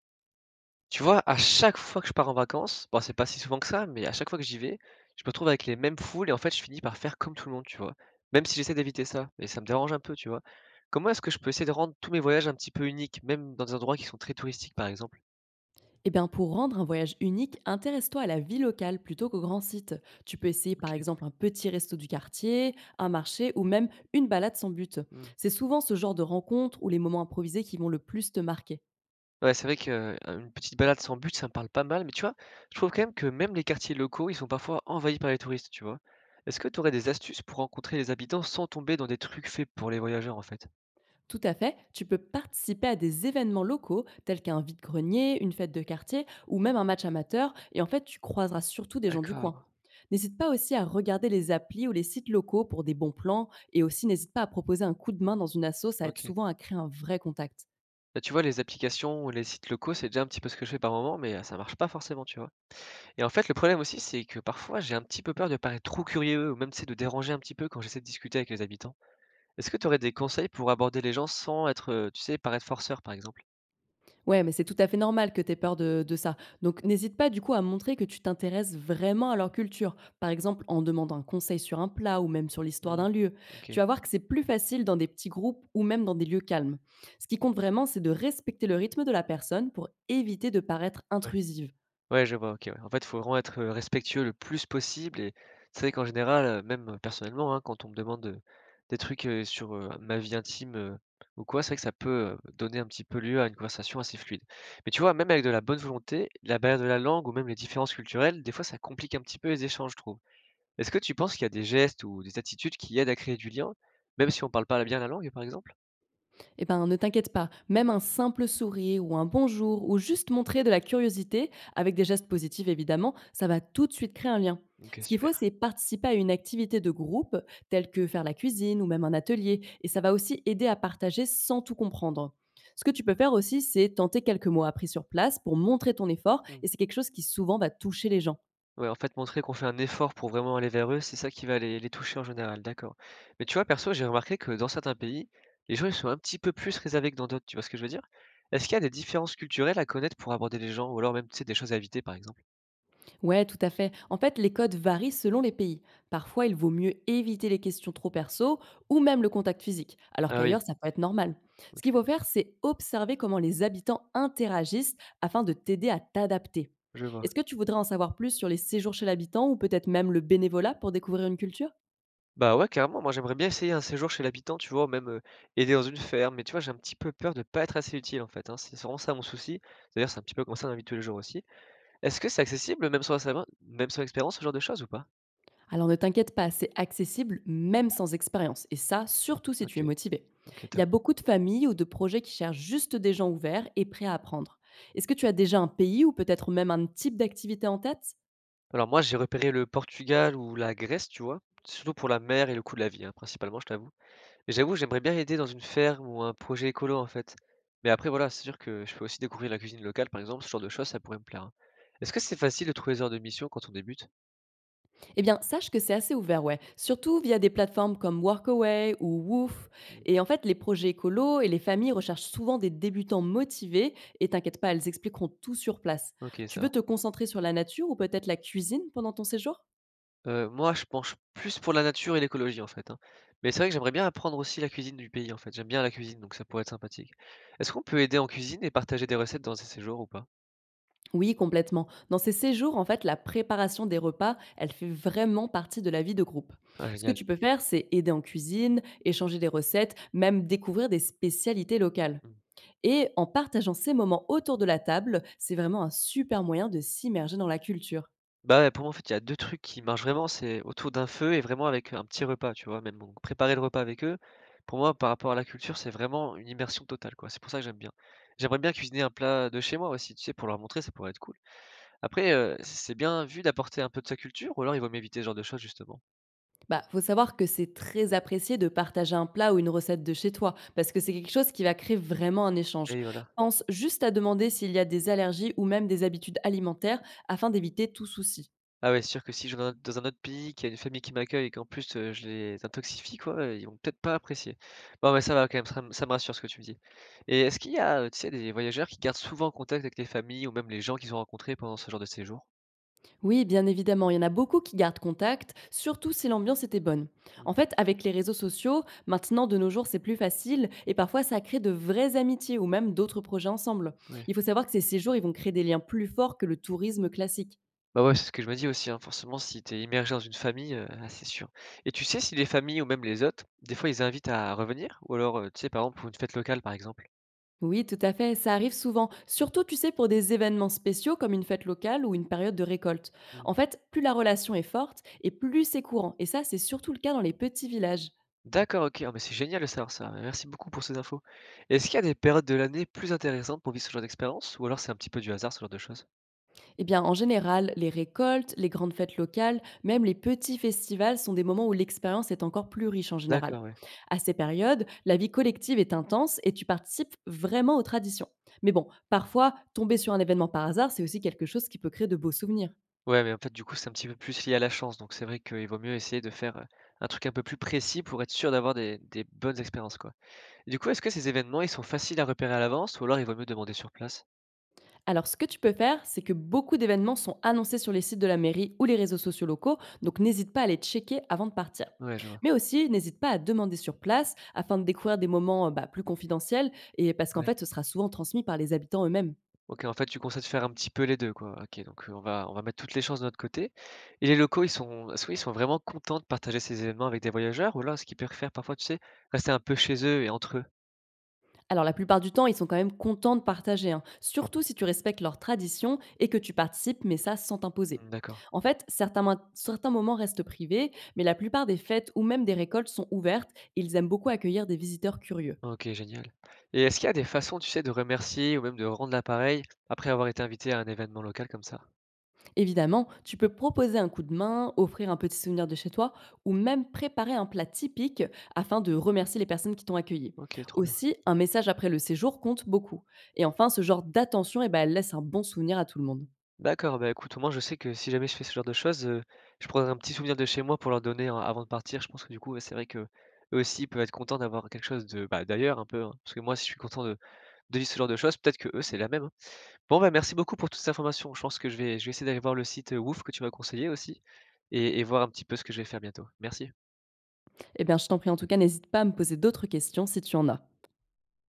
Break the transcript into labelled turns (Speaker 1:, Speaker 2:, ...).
Speaker 1: Tu vois, à chaque fois que je pars en vacances, bon, c'est pas si souvent que ça, mais à chaque fois que j'y vais, je me retrouve avec les mêmes foules et en fait, je finis par faire comme tout le monde, tu vois? Même si j'essaie d'éviter ça, mais ça me dérange un peu, tu vois? Comment est-ce que je peux essayer de rendre tous mes voyages un petit peu uniques, même dans des endroits qui sont très touristiques, par exemple?
Speaker 2: Eh bien, pour rendre un voyage unique, intéresse-toi à la vie locale plutôt qu'au grand site. Tu peux essayer par
Speaker 1: OK.
Speaker 2: exemple un petit resto du quartier, un marché ou même une balade sans but.
Speaker 1: Mmh.
Speaker 2: C'est souvent ce genre de rencontres ou les moments improvisés qui vont le plus te marquer.
Speaker 1: Ouais, c'est vrai qu'une petite balade sans but, ça me parle pas mal, mais tu vois, je trouve quand même que même les quartiers locaux, ils sont parfois envahis par les touristes, tu vois? Est-ce que tu aurais des astuces pour rencontrer les habitants sans tomber dans des trucs faits pour les voyageurs, en fait?
Speaker 2: Tout à fait, tu peux participer à des événements locaux tels qu'un vide-grenier, une fête de quartier ou même un match amateur et en fait tu croiseras surtout des gens du
Speaker 1: D'accord,
Speaker 2: coin. N'hésite pas aussi à regarder les applis ou les sites locaux pour des bons plans et aussi n'hésite pas à proposer un coup de main dans une asso, ça aide
Speaker 1: OK.
Speaker 2: souvent à créer un vrai contact.
Speaker 1: Bah, tu vois, les applications ou les sites locaux, c'est déjà un petit peu ce que je fais par moment, mais ça marche pas forcément, tu vois? Et en fait, le problème aussi, c'est que parfois, j'ai un petit peu peur de paraître trop curieux ou même, tu sais, de déranger un petit peu quand j'essaie de discuter avec les habitants. Est-ce que tu aurais des conseils pour aborder les gens sans être, tu sais, paraître forceur, par exemple?
Speaker 2: Ouais, mais c'est tout à fait normal que tu aies peur de ça. Donc n'hésite pas du coup à montrer que tu t'intéresses vraiment à leur culture, par exemple en demandant un conseil sur un plat ou même sur l'histoire
Speaker 1: Mmh,
Speaker 2: d'un lieu. Tu
Speaker 1: OK,
Speaker 2: vas voir que c'est plus facile dans des petits groupes ou même dans des lieux calmes. Ce qui compte vraiment, c'est de respecter le rythme de la personne pour éviter de paraître
Speaker 1: ouais.
Speaker 2: intrusive.
Speaker 1: Ouais, je vois, OK, ouais. En fait, il faut vraiment être, respectueux le plus possible et c'est vrai qu'en général, même personnellement, hein, quand on me demande, des trucs, sur, ma vie intime, ou quoi, c'est vrai que ça peut, donner un petit peu lieu à une conversation assez fluide. Mais tu vois, même avec de la bonne volonté, la barrière de la langue ou même les différences culturelles, des fois ça complique un petit peu les échanges, je trouve. Est-ce que tu penses qu'il y a des gestes ou des attitudes qui aident à créer du lien, même si on parle pas bien la langue, par exemple?
Speaker 2: Eh ben, ne t'inquiète pas, même un simple sourire ou un bonjour ou juste montrer de la curiosité, avec des gestes positifs évidemment, ça va tout de suite créer un lien.
Speaker 1: OK,
Speaker 2: Ce qu'il
Speaker 1: super.
Speaker 2: faut, c'est participer à une activité de groupe, telle que faire la cuisine ou même un atelier, et ça va aussi aider à partager sans tout comprendre. Ce que tu peux faire aussi, c'est tenter quelques mots appris sur place pour montrer ton effort,
Speaker 1: Mmh.
Speaker 2: et c'est quelque chose qui souvent va toucher les gens.
Speaker 1: Ouais, en fait, montrer qu'on fait un effort pour vraiment aller vers eux, c'est ça qui va les toucher en général, d'accord. Mais tu vois, perso, j'ai remarqué que dans certains pays, les gens, ils sont un petit peu plus réservés que dans d'autres, tu vois ce que je veux dire? Est-ce qu'il y a des différences culturelles à connaître pour aborder les gens ou alors même, tu sais, des choses à éviter, par exemple?
Speaker 2: Ouais, tout à fait. En fait, les codes varient selon les pays. Parfois, il vaut mieux éviter les questions trop perso ou même le contact physique, alors
Speaker 1: Ah oui,
Speaker 2: qu'ailleurs, ça peut être normal. Ce
Speaker 1: OK,
Speaker 2: qu'il faut faire, c'est observer comment les habitants interagissent afin de t'aider à t'adapter.
Speaker 1: je vois.
Speaker 2: Est-ce que tu voudrais en savoir plus sur les séjours chez l'habitant ou peut-être même le bénévolat pour découvrir une culture?
Speaker 1: Bah ouais, carrément, moi, j'aimerais bien essayer un séjour chez l'habitant, tu vois, ou même, aider dans une ferme, mais tu vois, j'ai un petit peu peur de pas être assez utile, en fait, hein, c'est vraiment ça mon souci. D'ailleurs, c'est un petit peu comme ça dans la vie de tous les jours aussi. Est-ce que c'est accessible, même sans savoir même sans expérience, ce genre de choses ou pas?
Speaker 2: Alors ne t'inquiète pas, c'est accessible même sans expérience, et ça, surtout si tu es
Speaker 1: OK,
Speaker 2: motivé.
Speaker 1: OK,
Speaker 2: Il y
Speaker 1: top.
Speaker 2: a beaucoup de familles ou de projets qui cherchent juste des gens ouverts et prêts à apprendre. Est-ce que tu as déjà un pays ou peut-être même un type d'activité en tête?
Speaker 1: Alors moi, j'ai repéré le Portugal ou la Grèce, tu vois? Surtout pour la mer et le coût de la vie, hein, principalement, je t'avoue. Mais j'avoue, j'aimerais bien aider dans une ferme ou un projet écolo, en fait. Mais après, voilà, c'est sûr que je peux aussi découvrir la cuisine locale, par exemple, ce genre de choses, ça pourrait me plaire, hein. Est-ce que c'est facile de trouver des heures de mission quand on débute?
Speaker 2: Eh bien, sache que c'est assez ouvert, ouais. Surtout via des plateformes comme Workaway ou Woof.
Speaker 1: Hmm,
Speaker 2: Et en fait, les projets écolos et les familles recherchent souvent des débutants motivés. Et t'inquiète pas, elles expliqueront tout sur place.
Speaker 1: OK,
Speaker 2: Tu
Speaker 1: ça va.
Speaker 2: veux te concentrer sur la nature ou peut-être la cuisine pendant ton séjour?
Speaker 1: Moi, je penche plus pour la nature et l'écologie, en fait, hein. Mais c'est vrai que j'aimerais bien apprendre aussi la cuisine du pays, en fait. J'aime bien la cuisine, donc ça pourrait être sympathique. Est-ce qu'on peut aider en cuisine et partager des recettes dans ces séjours ou pas?
Speaker 2: Oui, complètement. Dans ces séjours, en fait, la préparation des repas, elle fait vraiment partie de la vie de groupe.
Speaker 1: Ah,
Speaker 2: Ce que
Speaker 1: génial.
Speaker 2: tu peux faire, c'est aider en cuisine, échanger des recettes, même découvrir des spécialités locales.
Speaker 1: Mmh.
Speaker 2: Et en partageant ces moments autour de la table, c'est vraiment un super moyen de s'immerger dans la culture.
Speaker 1: Bah, ouais, pour moi, en fait, il y a 2 trucs qui marchent vraiment, c'est autour d'un feu et vraiment avec un petit repas, tu vois? Même donc préparer le repas avec eux, pour moi, par rapport à la culture, c'est vraiment une immersion totale, quoi. C'est pour ça que j'aime bien. J'aimerais bien cuisiner un plat de chez moi aussi, tu sais, pour leur montrer, ça pourrait être cool. Après, c'est bien vu d'apporter un peu de sa culture ou alors ils vont m'éviter ce genre de choses, justement?
Speaker 2: Bah, faut savoir que c'est très apprécié de partager un plat ou une recette de chez toi, parce que c'est quelque chose qui va créer vraiment un échange.
Speaker 1: Et voilà.
Speaker 2: Pense juste à demander s'il y a des allergies ou même des habitudes alimentaires afin d'éviter tout souci.
Speaker 1: Ah ouais, c'est sûr que si je vais dans un autre pays, qu'il y a une famille qui m'accueille et qu'en plus, je les intoxifie quoi, ils vont peut-être pas apprécier. Bon mais ça va quand même, ça me rassure ce que tu me dis et est-ce qu'il y a, tu sais, des voyageurs qui gardent souvent contact avec les familles ou même les gens qu'ils ont rencontrés pendant ce genre de séjour?
Speaker 2: Oui, bien évidemment, il y en a beaucoup qui gardent contact, surtout si l'ambiance était bonne.
Speaker 1: Mmh,
Speaker 2: En fait, avec les réseaux sociaux, maintenant de nos jours, c'est plus facile et parfois ça crée de vraies amitiés ou même d'autres projets ensemble.
Speaker 1: ouais.
Speaker 2: Il faut savoir que ces séjours, ils vont créer des liens plus forts que le tourisme classique.
Speaker 1: Bah ouais, c'est ce que je me dis aussi, hein, forcément si tu es immergé dans une famille, ah c'est sûr et tu sais si les familles ou même les hôtes, des fois ils invitent à revenir? Ou alors, tu sais, par exemple pour une fête locale, par exemple?
Speaker 2: Oui, tout à fait, ça arrive souvent, surtout tu sais pour des événements spéciaux comme une fête locale ou une période de récolte. En fait, plus la relation est forte et plus c'est courant et ça c'est surtout le cas dans les petits villages.
Speaker 1: D'accord, OK. Ah, mais c'est génial de savoir ça. Merci beaucoup pour ces infos. Est-ce qu'il y a des périodes de l'année plus intéressantes pour vivre ce genre d'expérience ou alors c'est un petit peu du hasard, ce genre de choses?
Speaker 2: Eh bien, en général, les récoltes, les grandes fêtes locales, même les petits festivals sont des moments où l'expérience est encore plus riche en général.
Speaker 1: D'accord, ouais.
Speaker 2: À ces périodes, la vie collective est intense et tu participes vraiment aux traditions. Mais bon, parfois, tomber sur un événement par hasard, c'est aussi quelque chose qui peut créer de beaux souvenirs.
Speaker 1: Ouais, mais en fait, du coup, c'est un petit peu plus lié à la chance. Donc, c'est vrai qu'il vaut mieux essayer de faire, un truc un peu plus précis pour être sûr d'avoir des bonnes expériences, quoi. Et du coup, est-ce que ces événements, ils sont faciles à repérer à l'avance ou alors il vaut mieux demander sur place?
Speaker 2: Alors, ce que tu peux faire, c'est que beaucoup d'événements sont annoncés sur les sites de la mairie ou les réseaux sociaux locaux, donc n'hésite pas à les checker avant de partir.
Speaker 1: Ouais, je vois.
Speaker 2: Mais aussi, n'hésite pas à demander sur place afin de découvrir des moments bah, plus confidentiels et parce qu'en
Speaker 1: Ouais.
Speaker 2: fait, ce sera souvent transmis par les habitants eux-mêmes.
Speaker 1: OK, en fait, tu conseilles de faire un petit peu les 2, quoi? OK, donc, on va mettre toutes les chances de notre côté et les locaux, ils sont est-ce qu'ils sont vraiment contents de partager ces événements avec des voyageurs ou alors est-ce qu'ils préfèrent parfois, tu sais, rester un peu chez eux et entre eux?
Speaker 2: Alors, la plupart du temps, ils sont quand même contents de partager, hein, surtout si tu respectes leurs traditions et que tu participes, mais ça sans t'imposer.
Speaker 1: Mmh, d'accord.
Speaker 2: En fait, certains moments restent privés, mais la plupart des fêtes ou même des récoltes sont ouvertes et ils aiment beaucoup accueillir des visiteurs curieux.
Speaker 1: OK, génial et est-ce qu'il y a des façons, tu sais, de remercier ou même de rendre l'appareil après avoir été invité à un événement local comme ça?
Speaker 2: Évidemment, tu peux proposer un coup de main, offrir un petit souvenir de chez toi ou même préparer un plat typique afin de remercier les personnes qui t'ont accueilli.
Speaker 1: OK, trop bien.
Speaker 2: Aussi, un message après le séjour compte beaucoup. Et enfin, ce genre d'attention, eh ben, elle laisse un bon souvenir à tout le monde.
Speaker 1: D'accord, bah, écoute, au moins je sais que si jamais je fais ce genre de choses, je prendrai un petit souvenir de chez moi pour leur donner en avant de partir. Je pense que du coup, ouais, c'est vrai qu'eux aussi, ils peuvent être contents d'avoir quelque chose de, bah, d'ailleurs un peu, hein. Parce que moi, si je suis content de vivre ce genre de choses, peut-être que eux c'est la même, hein. Bon, bah, merci beaucoup pour toutes ces informations. Je pense que je vais essayer d'aller voir le site, WOOF que tu m'as conseillé aussi et voir un petit peu ce que je vais faire bientôt. Merci.
Speaker 2: Eh bien, je t'en prie en tout cas, n'hésite pas à me poser d'autres questions si tu en as.